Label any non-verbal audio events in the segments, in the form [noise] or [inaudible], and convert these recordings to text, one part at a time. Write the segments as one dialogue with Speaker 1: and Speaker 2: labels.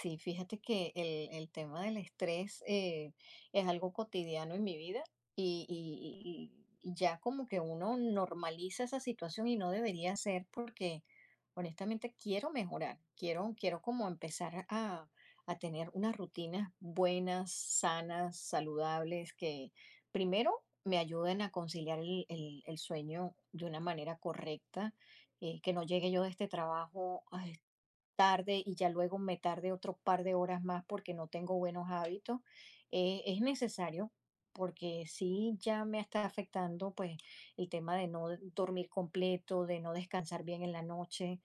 Speaker 1: Sí, fíjate que el tema del estrés es algo cotidiano en mi vida y ya como que uno normaliza esa situación y no debería ser porque honestamente quiero mejorar, quiero, quiero como empezar a tener unas rutinas buenas, sanas, saludables, que primero me ayuden a conciliar el sueño de una manera correcta, que no llegue yo de este trabajo tarde y ya luego me tarde otro par de horas más porque no tengo buenos hábitos, es necesario porque sí ya me está afectando pues el tema de no dormir completo, de no descansar bien en la noche.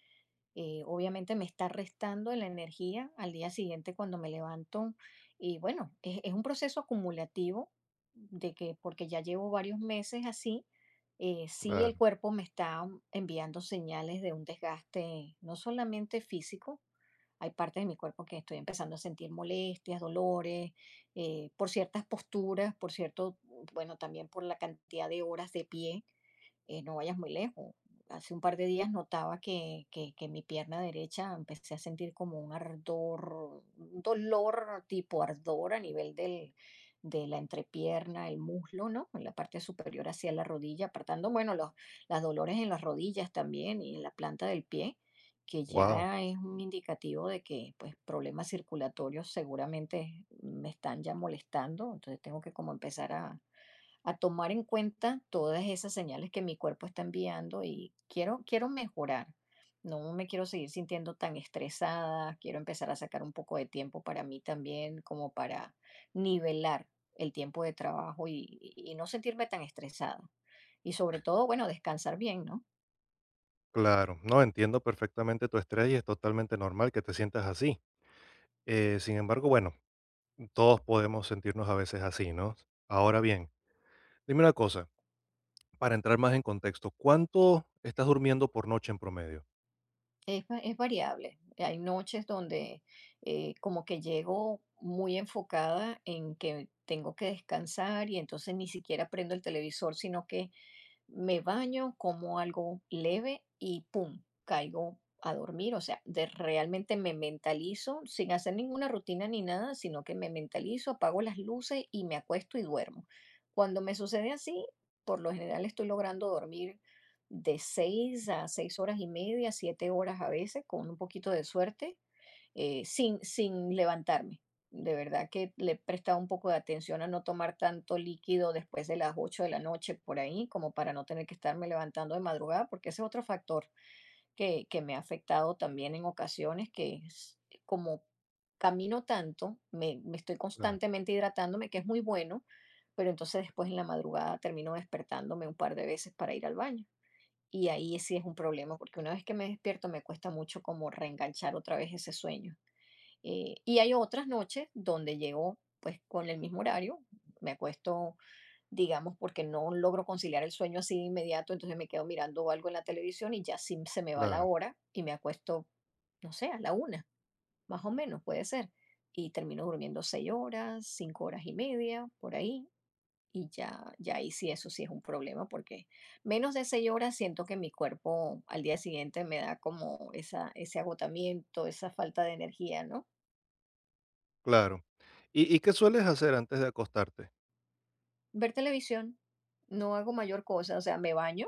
Speaker 1: Obviamente me está restando la energía al día siguiente cuando me levanto y bueno, es un proceso acumulativo de que porque ya llevo varios meses así, sí el
Speaker 2: Claro,
Speaker 1: cuerpo me está enviando señales de un desgaste no solamente físico, hay partes de mi cuerpo que estoy empezando a sentir molestias, dolores, por ciertas posturas, por cierto, bueno, también por la cantidad de horas de pie. No vayas muy lejos. Hace un par de días notaba que mi pierna derecha empecé a sentir como un ardor, un dolor tipo ardor a nivel del, de la entrepierna, el muslo, ¿no? En la parte superior hacia la rodilla, apartando, bueno, los, las dolores en las rodillas también y en la planta del pie, que
Speaker 2: wow,
Speaker 1: ya es un indicativo de que, pues, problemas circulatorios seguramente me están ya molestando, entonces tengo que como empezar a tomar en cuenta todas esas señales que mi cuerpo está enviando y quiero, quiero mejorar. No me quiero seguir sintiendo tan estresada, quiero empezar a sacar un poco de tiempo para mí también, como para nivelar el tiempo de trabajo y no sentirme tan estresada. Y sobre todo, bueno, descansar bien, ¿no?
Speaker 2: claro. No entiendo perfectamente tu estrés y es totalmente normal que te sientas así. Sin embargo, bueno, Todos podemos sentirnos a veces así, ¿no? Ahora bien, dime una cosa, para entrar más en contexto, ¿cuánto estás durmiendo por noche en promedio?
Speaker 1: Es variable. Hay noches donde como que llego muy enfocada en que tengo que descansar y entonces ni siquiera prendo el televisor, sino que me baño, como algo leve y ¡pum! Caigo a dormir. O sea, realmente me mentalizo sin hacer ninguna rutina ni nada, sino que me mentalizo, apago las luces y me acuesto y duermo. Cuando me sucede así, por lo general estoy logrando dormir de 6 a 6 horas y media, 7 horas a veces, con un poquito de suerte, sin levantarme. De verdad que le he prestado un poco de atención a no tomar tanto líquido después de las 8 de la noche por ahí, como para no tener que estarme levantando de madrugada, porque ese es otro factor que me ha afectado también en ocasiones, que es como camino tanto, me estoy
Speaker 2: Claro,
Speaker 1: constantemente hidratándome, que es muy bueno, pero entonces después en la madrugada termino despertándome un par de veces para ir al baño. Y ahí sí es un problema, porque una vez que me despierto me cuesta mucho como reenganchar otra vez ese sueño. Y hay otras noches donde llego pues con el mismo horario, me acuesto, digamos, porque no logro conciliar el sueño así de inmediato, entonces me quedo mirando algo en la televisión y ya sí se me va la
Speaker 2: claro,
Speaker 1: hora y me acuesto, no sé, a la 1, más o menos puede ser. Y termino durmiendo 6 horas, 5 horas y media, por ahí. Y ya, ya ahí sí, eso sí es un problema porque menos de 6 horas siento que mi cuerpo al día siguiente me da como esa, ese agotamiento, esa falta de energía, ¿no?
Speaker 2: claro. ¿Y ¿qué sueles hacer antes de acostarte?
Speaker 1: Ver televisión, no hago mayor cosa, o sea, me baño,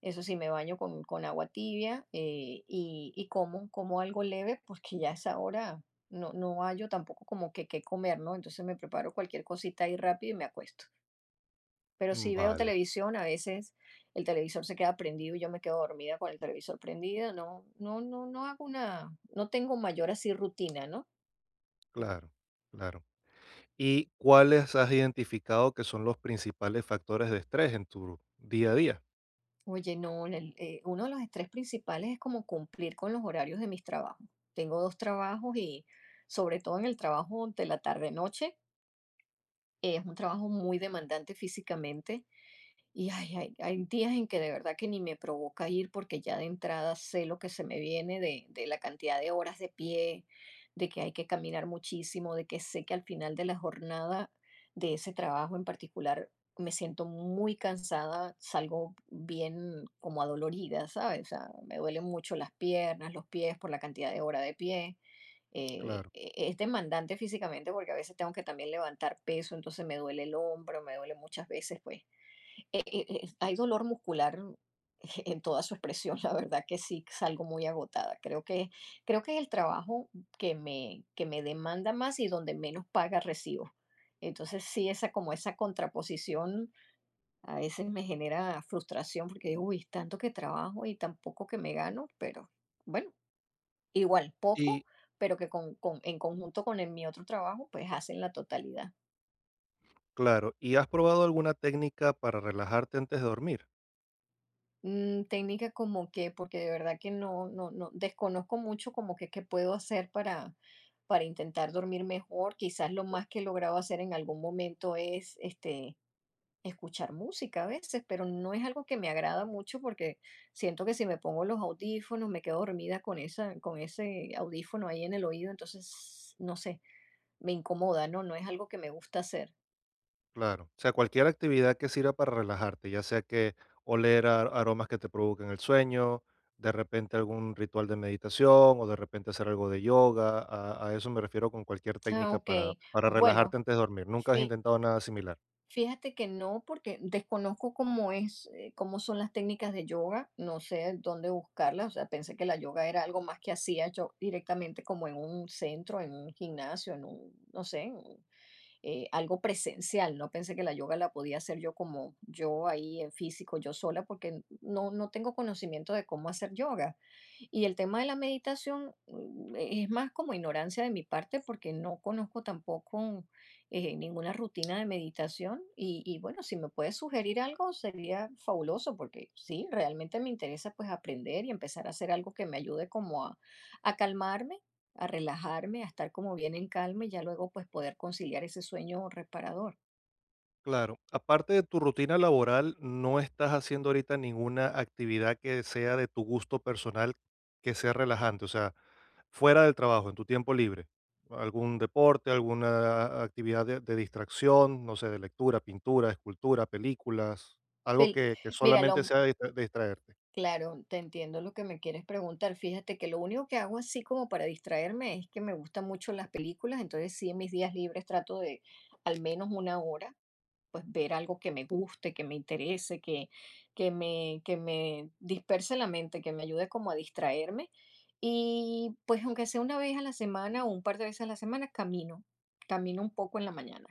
Speaker 1: eso sí, me baño con agua tibia y como algo leve porque ya a esa hora no, no hallo tampoco como que qué comer, ¿no? Entonces me preparo cualquier cosita ahí rápido y me acuesto. Pero
Speaker 2: Mm,
Speaker 1: si veo
Speaker 2: vale,
Speaker 1: televisión, a veces el televisor se queda prendido y yo me quedo dormida con el televisor prendido. No, no, no, no hago una, no tengo mayor así rutina, ¿no?
Speaker 2: claro, claro. ¿Y cuáles has identificado que son los principales factores de estrés en tu día a día?
Speaker 1: Oye, no, en uno de los estrés principales es como cumplir con los horarios de mis trabajos. Tengo dos trabajos y sobre todo en el trabajo de la tarde-noche, es un trabajo muy demandante físicamente. Y ay, hay días en que de verdad que ni me provoca ir porque ya de entrada sé lo que se me viene de la cantidad de horas de pie, de que hay que caminar muchísimo, de que sé que al final de la jornada de ese trabajo en particular me siento muy cansada, salgo bien como adolorida, ¿sabes? O sea, me duelen mucho las piernas, los pies por la cantidad de hora de pie. eh,
Speaker 2: Claro.
Speaker 1: e- e, es demandante físicamente porque a veces tengo que también levantar peso, entonces me duele el hombro, me duele muchas veces, pues hay dolor muscular [laughs] en toda su expresión, la verdad que sí salgo muy agotada. Creo que es el trabajo que me demanda más y donde menos paga recibo. Entonces, sí, esa como esa contraposición a veces me genera frustración porque digo: "Uy, tanto que trabajo y tan poco que me gano", pero bueno, igual poco, pero que con en conjunto con el mi otro trabajo, pues hacen la totalidad.
Speaker 2: Claro, ¿y has probado alguna técnica para relajarte antes de dormir?
Speaker 1: Mm, técnica como que, porque de verdad que no, no, no, desconozco mucho como que qué puedo hacer para intentar dormir mejor. Quizás lo más que he logrado hacer en algún momento es este, escuchar música a veces, pero no es algo que me agrada mucho porque siento que si me pongo los audífonos me quedo dormida con esa, con ese audífono ahí en el oído, entonces, no sé, me incomoda, ¿no? No es algo que me gusta hacer.
Speaker 2: Claro, o sea, cualquier actividad que sirva para relajarte, ya sea que oler aromas que te provoquen el sueño, de repente algún ritual de meditación o de repente hacer algo de yoga, a eso me refiero con cualquier
Speaker 1: Ah,
Speaker 2: técnica
Speaker 1: ok.
Speaker 2: para relajarte
Speaker 1: Bueno,
Speaker 2: antes de dormir. Nunca has
Speaker 1: fi-
Speaker 2: intentado nada similar.
Speaker 1: Fíjate que no, porque desconozco cómo es, cómo son las técnicas de yoga, no sé dónde buscarlas, o sea, pensé que la yoga era algo más que hacía yo directamente como en un centro, en un gimnasio, en un, no sé, algo presencial. No pensé que la yoga la podía hacer yo como yo ahí en físico, yo sola, porque no, no tengo conocimiento de cómo hacer yoga. Y el tema de la meditación es más como ignorancia de mi parte porque no conozco tampoco ninguna rutina de meditación. Y bueno, si me puedes sugerir algo sería fabuloso porque sí, realmente me interesa pues aprender y empezar a hacer algo que me ayude como a calmarme a relajarme, a estar como bien en calma y ya luego pues poder conciliar ese sueño reparador.
Speaker 2: Claro, aparte de tu rutina laboral, ¿no estás haciendo ahorita ninguna actividad que sea de tu gusto personal que sea relajante? O sea, fuera del trabajo, en tu tiempo libre, algún deporte, alguna actividad de distracción, no sé, de lectura, pintura, escultura, películas, algo
Speaker 1: Pel-
Speaker 2: que
Speaker 1: Mira,
Speaker 2: solamente sea de de distraerte.
Speaker 1: claro, te entiendo lo que me quieres preguntar. Fíjate que lo único que hago así como para distraerme es que me gustan mucho las películas, entonces sí en mis días libres trato de al menos 1 hora, pues ver algo que me guste, que me interese, que me disperse la mente, que me ayude como a distraerme. Y pues aunque sea una vez a la semana o un par de veces a la semana, camino, camino un poco en la mañana.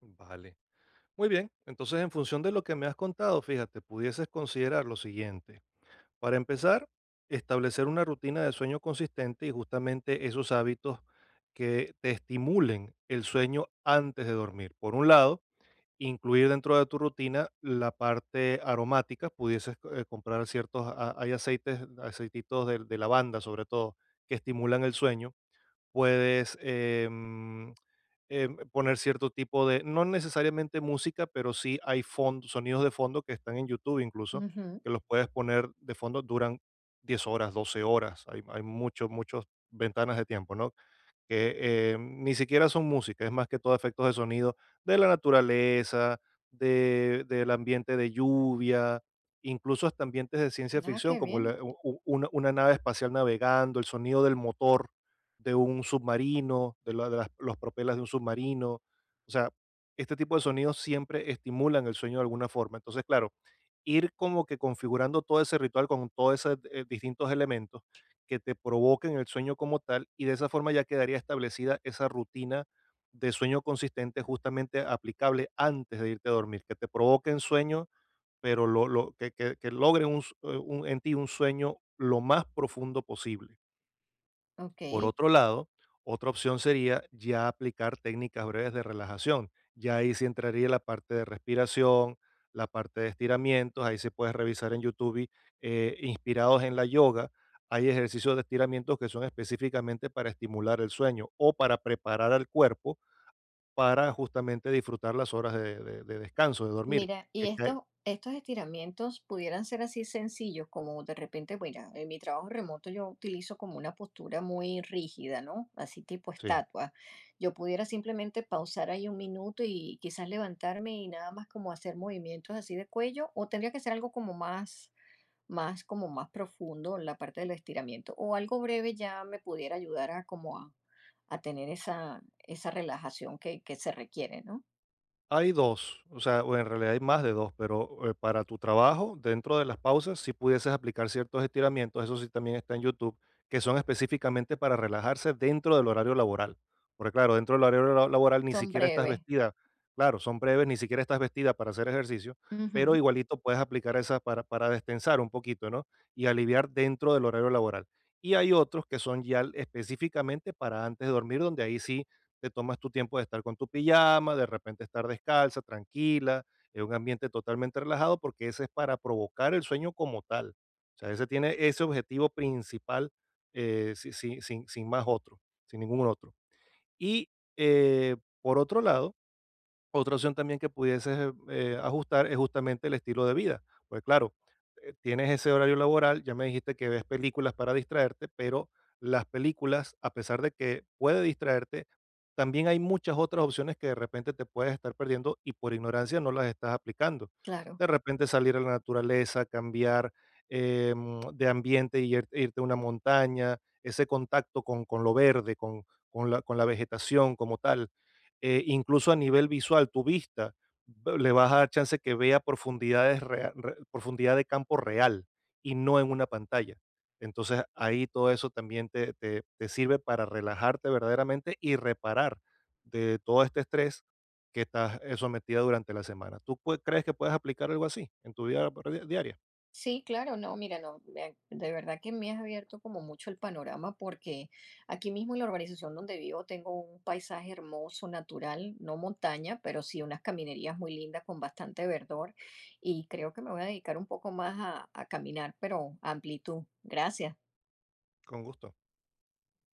Speaker 2: Vale. Muy bien, entonces en función de lo que me has contado, fíjate, pudieses considerar lo siguiente. Para empezar, establecer una rutina de sueño consistente y justamente esos hábitos que te estimulen el sueño antes de dormir. Por un lado, incluir dentro de tu rutina la parte aromática, pudieses, comprar ciertos ha hay aceites, aceititos de lavanda, sobre todo, que estimulan el sueño. Puedes, poner cierto tipo de no necesariamente música, pero sí hay fon sonidos de fondo que están en YouTube incluso,
Speaker 1: Ujú.
Speaker 2: que los puedes poner de fondo, duran 10 horas, 12 horas, hay muchos ventanas de tiempo, ¿no? Que ni siquiera son música, es más que todo efectos de sonido de la naturaleza, de, del ambiente de lluvia, incluso hasta ambientes de ciencia
Speaker 1: Ah,
Speaker 2: ficción,
Speaker 1: qué
Speaker 2: como
Speaker 1: bien.
Speaker 2: una nave espacial navegando, el sonido del motor de un submarino, de, los propelas de un submarino. O sea, este tipo de sonidos siempre estimulan el sueño de alguna forma. Entonces, claro, ir como que configurando todo ese ritual con todos esos distintos elementos que te provoquen el sueño como tal y de esa forma ya quedaría establecida esa rutina de sueño consistente justamente aplicable antes de irte a dormir, que te provoquen sueño, pero que logren un en ti un sueño lo más profundo posible.
Speaker 1: Ok.
Speaker 2: Por otro lado, otra opción sería ya aplicar técnicas breves de relajación. Ya ahí sí entraría la parte de respiración, la parte de estiramientos. Ahí se puede revisar en YouTube y, inspirados en la yoga. Hay ejercicios de estiramientos que son específicamente para estimular el sueño o para preparar al cuerpo para justamente disfrutar las horas de descanso, de dormir.
Speaker 1: Mira, y
Speaker 2: que cae-
Speaker 1: estos, estos estiramientos pudieran ser así sencillos, como de repente, mira, en mi trabajo remoto yo utilizo como una postura muy rígida, ¿no? Así tipo
Speaker 2: sí.
Speaker 1: estatua. Yo pudiera simplemente pausar ahí 1 minuto y quizás levantarme y nada más como hacer movimientos así de cuello, o tendría que ser algo como más más como más profundo en la parte del estiramiento o algo breve ya me pudiera ayudar a como a tener esa relajación que se requiere, ¿no?
Speaker 2: Hay 2, o sea, o en realidad hay más de 2, pero, para tu trabajo, dentro de las pausas, si pudieses aplicar ciertos estiramientos, eso sí también está en YouTube, que son específicamente para relajarse dentro del horario laboral. Porque claro, dentro del horario la laboral ni
Speaker 1: Son
Speaker 2: siquiera estás
Speaker 1: breves.
Speaker 2: vestida. Claro, son breves, ni siquiera estás vestida para hacer ejercicio, pero
Speaker 1: Ujú,
Speaker 2: igualito puedes aplicar esas para destensar un poquito, ¿no? Y aliviar dentro del horario laboral. Y hay otros que son ya específicamente para antes de dormir, donde ahí sí te tomas tu tiempo de estar con tu pijama, de repente estar descalza, tranquila, en un ambiente totalmente relajado, porque ese es para provocar el sueño como tal. O sea, ese tiene ese objetivo principal, sin más otro, sin ningún otro. Y eh, por otro lado, otra opción también que pudieses ajustar es justamente el estilo de vida. Pues claro, tienes ese horario laboral, ya me dijiste que ves películas para distraerte, pero las películas, a pesar de que puede distraerte, también hay muchas otras opciones que de repente te puedes estar perdiendo y por ignorancia no las estás aplicando.
Speaker 1: claro.
Speaker 2: De repente salir a la naturaleza, cambiar de ambiente y irte a una montaña, ese contacto con lo verde, con la vegetación como tal, incluso a nivel visual, tu vista, le vas a dar chance que vea profundidad de campo real y no en una pantalla. Entonces ahí todo eso también te sirve para relajarte verdaderamente y reparar de todo este estrés que estás sometida durante la semana. Crees que puedes aplicar algo así en tu vida diaria?
Speaker 1: Sí, claro, no, mira, no, de verdad que me has abierto como mucho el panorama porque aquí mismo en la urbanización donde vivo tengo un paisaje hermoso, natural, no montaña, pero sí unas caminerías muy lindas con bastante verdor y creo que me voy a dedicar un poco más a caminar, pero a amplitud. Gracias.
Speaker 2: Con gusto.